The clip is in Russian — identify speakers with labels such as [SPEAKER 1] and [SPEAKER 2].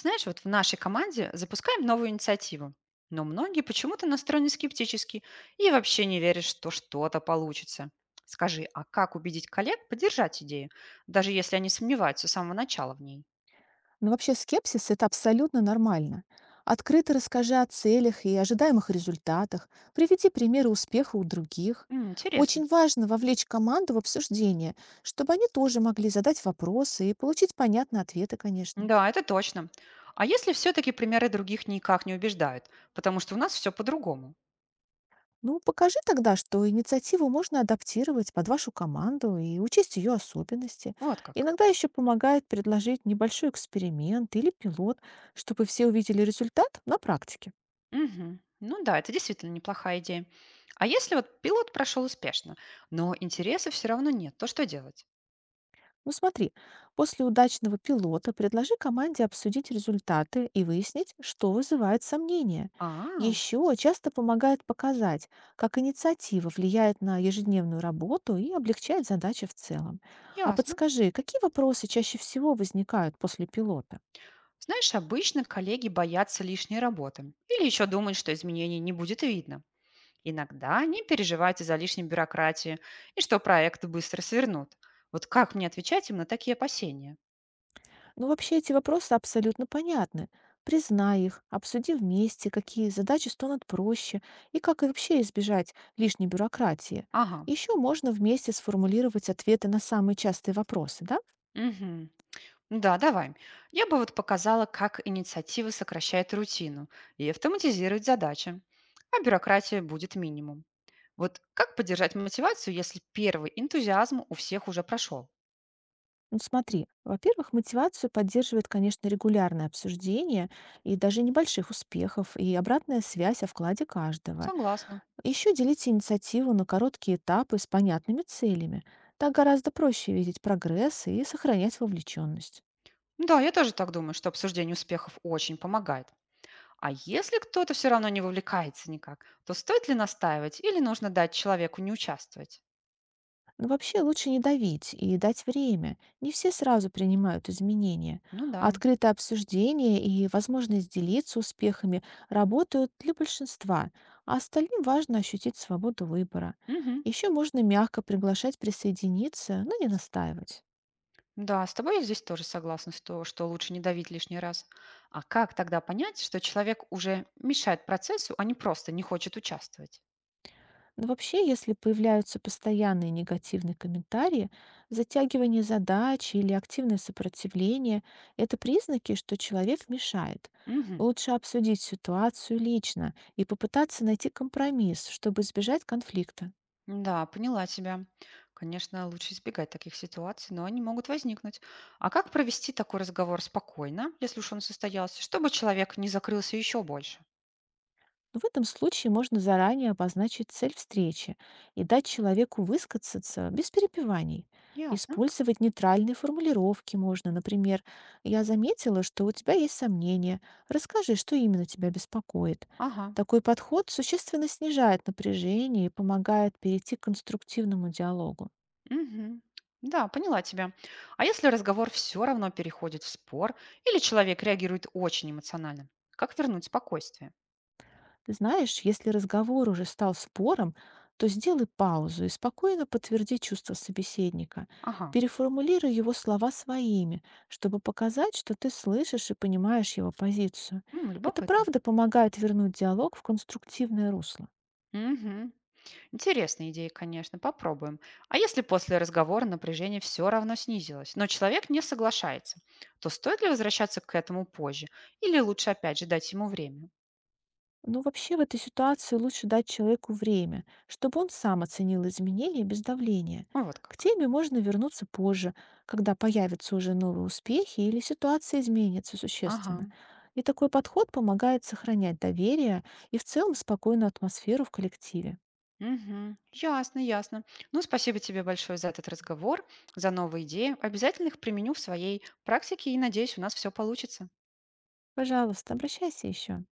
[SPEAKER 1] Знаешь, вот в нашей команде запускаем новую инициативу, но многие почему-то настроены скептически и вообще не верят, что что-то получится. Скажи, а как убедить коллег поддержать идею, даже если они сомневаются с самого начала в ней?
[SPEAKER 2] Но вообще скепсис– это абсолютно нормально. Открыто расскажи о целях и ожидаемых результатах, приведи примеры успеха у других.
[SPEAKER 1] М, интересно.
[SPEAKER 2] Очень важно вовлечь команду в обсуждение, чтобы они тоже могли задать вопросы и получить понятные ответы, конечно.
[SPEAKER 1] Да, это точно. А если все-таки примеры других никак не убеждают, потому что у нас все по-другому?
[SPEAKER 2] Ну, покажи тогда, что инициативу можно адаптировать под вашу команду и учесть ее особенности.
[SPEAKER 1] Вот как.
[SPEAKER 2] Иногда еще помогает предложить небольшой эксперимент или пилот, чтобы все увидели результат на практике.
[SPEAKER 1] Мгм. Ну да, это действительно неплохая идея. А если вот пилот прошел успешно, но интереса все равно нет, то что делать?
[SPEAKER 2] Ну смотри, после удачного пилота предложи команде обсудить результаты и выяснить, что вызывает сомнения.
[SPEAKER 1] А,
[SPEAKER 2] Еще часто помогает показать, как инициатива влияет на ежедневную работу и облегчает задачи в целом. А
[SPEAKER 1] ясно.
[SPEAKER 2] подскажи, какие вопросы чаще всего возникают после пилота?
[SPEAKER 1] Знаешь, обычно коллеги боятся лишней работы или еще думают, что изменений не будет видно. Иногда они переживают из-за лишней бюрократии и что проекты быстро свернут. Вот как мне отвечать им на такие опасения?
[SPEAKER 2] Но вообще эти вопросы абсолютно понятны. Признай их, обсуди вместе, какие задачи станут проще и как и вообще избежать лишней бюрократии.
[SPEAKER 1] Ага,
[SPEAKER 2] Еще можно вместе сформулировать ответы на самые частые вопросы, да?
[SPEAKER 1] угу. Да, давай. Я бы вот показала, как инициатива сокращает рутину и автоматизирует задачи, а бюрократия будет минимум. Вот как поддержать мотивацию, если первый энтузиазм у всех уже прошел?
[SPEAKER 2] Ну смотри, во-первых, мотивацию поддерживает, конечно, регулярное обсуждение и даже небольших успехов и обратная связь о вкладе каждого.
[SPEAKER 1] Согласна.
[SPEAKER 2] Еще делите инициативу на короткие этапы с понятными целями. Так гораздо проще видеть прогресс и сохранять вовлеченность.
[SPEAKER 1] Ну да, я тоже так думаю, что обсуждение успехов очень помогает. А если кто-то все равно не вовлекается никак, то стоит ли настаивать или нужно дать человеку не участвовать?
[SPEAKER 2] Но вообще лучше не давить и дать время. Не все сразу принимают изменения.
[SPEAKER 1] Ну
[SPEAKER 2] А
[SPEAKER 1] да.
[SPEAKER 2] открытое обсуждение и возможность делиться успехами работают для большинства, а остальным важно ощутить свободу выбора.
[SPEAKER 1] Мгм.
[SPEAKER 2] Еще можно мягко приглашать присоединиться, но не настаивать.
[SPEAKER 1] Да, с тобой я здесь тоже согласна, что лучше не давить лишний раз. А как тогда понять, что человек уже мешает процессу, а не просто не хочет участвовать?
[SPEAKER 2] Но вообще, если появляются постоянные негативные комментарии, затягивание задачи или активное сопротивление– это признаки, что человек мешает.
[SPEAKER 1] Мгм.
[SPEAKER 2] Лучше обсудить ситуацию лично и попытаться найти компромисс, чтобы избежать конфликта.
[SPEAKER 1] Да, поняла тебя. Конечно, лучше избегать таких ситуаций, но они могут возникнуть. А как провести такой разговор спокойно, если уж он состоялся, чтобы человек не закрылся еще больше?
[SPEAKER 2] Но в этом случае можно заранее обозначить цель встречи и дать человеку высказаться без перепеваний.
[SPEAKER 1] Ясно.
[SPEAKER 2] Использовать нейтральные формулировки можно. Например, «Я заметила, что у тебя есть сомнения. Расскажи, что именно тебя беспокоит».
[SPEAKER 1] Ага.
[SPEAKER 2] Такой подход существенно снижает напряжение и помогает перейти к конструктивному диалогу.
[SPEAKER 1] Мгм. Да, поняла тебя. А если разговор все равно переходит в спор, или человек реагирует очень эмоционально, как вернуть спокойствие?
[SPEAKER 2] Ты знаешь, если разговор уже стал спором, то сделай паузу и спокойно подтверди чувства собеседника.
[SPEAKER 1] Ага.
[SPEAKER 2] Переформулируй его слова своими, чтобы показать, что ты слышишь и понимаешь его позицию.
[SPEAKER 1] М,
[SPEAKER 2] Это
[SPEAKER 1] любопытно.
[SPEAKER 2] правда помогает вернуть диалог в конструктивное русло.
[SPEAKER 1] Мгм. Интересная идея, конечно, попробуем. А если после разговора напряжение все равно снизилось, но человек не соглашается, то стоит ли возвращаться к этому позже? Или лучше опять же дать ему время?
[SPEAKER 2] Ну, вообще, в этой ситуации лучше дать человеку время, чтобы он сам оценил изменения без давления.
[SPEAKER 1] Ну, вот
[SPEAKER 2] К
[SPEAKER 1] как.
[SPEAKER 2] теме можно вернуться позже, когда появятся уже новые успехи или ситуация изменится
[SPEAKER 1] Ага.
[SPEAKER 2] существенно. И такой подход помогает сохранять доверие и в целом спокойную атмосферу в коллективе.
[SPEAKER 1] Мгм. Ясно, ясно. Ну, спасибо тебе большое за этот разговор, за новые идеи. Обязательно их применю в своей практике и надеюсь, у нас все получится.
[SPEAKER 2] Пожалуйста, обращайся еще.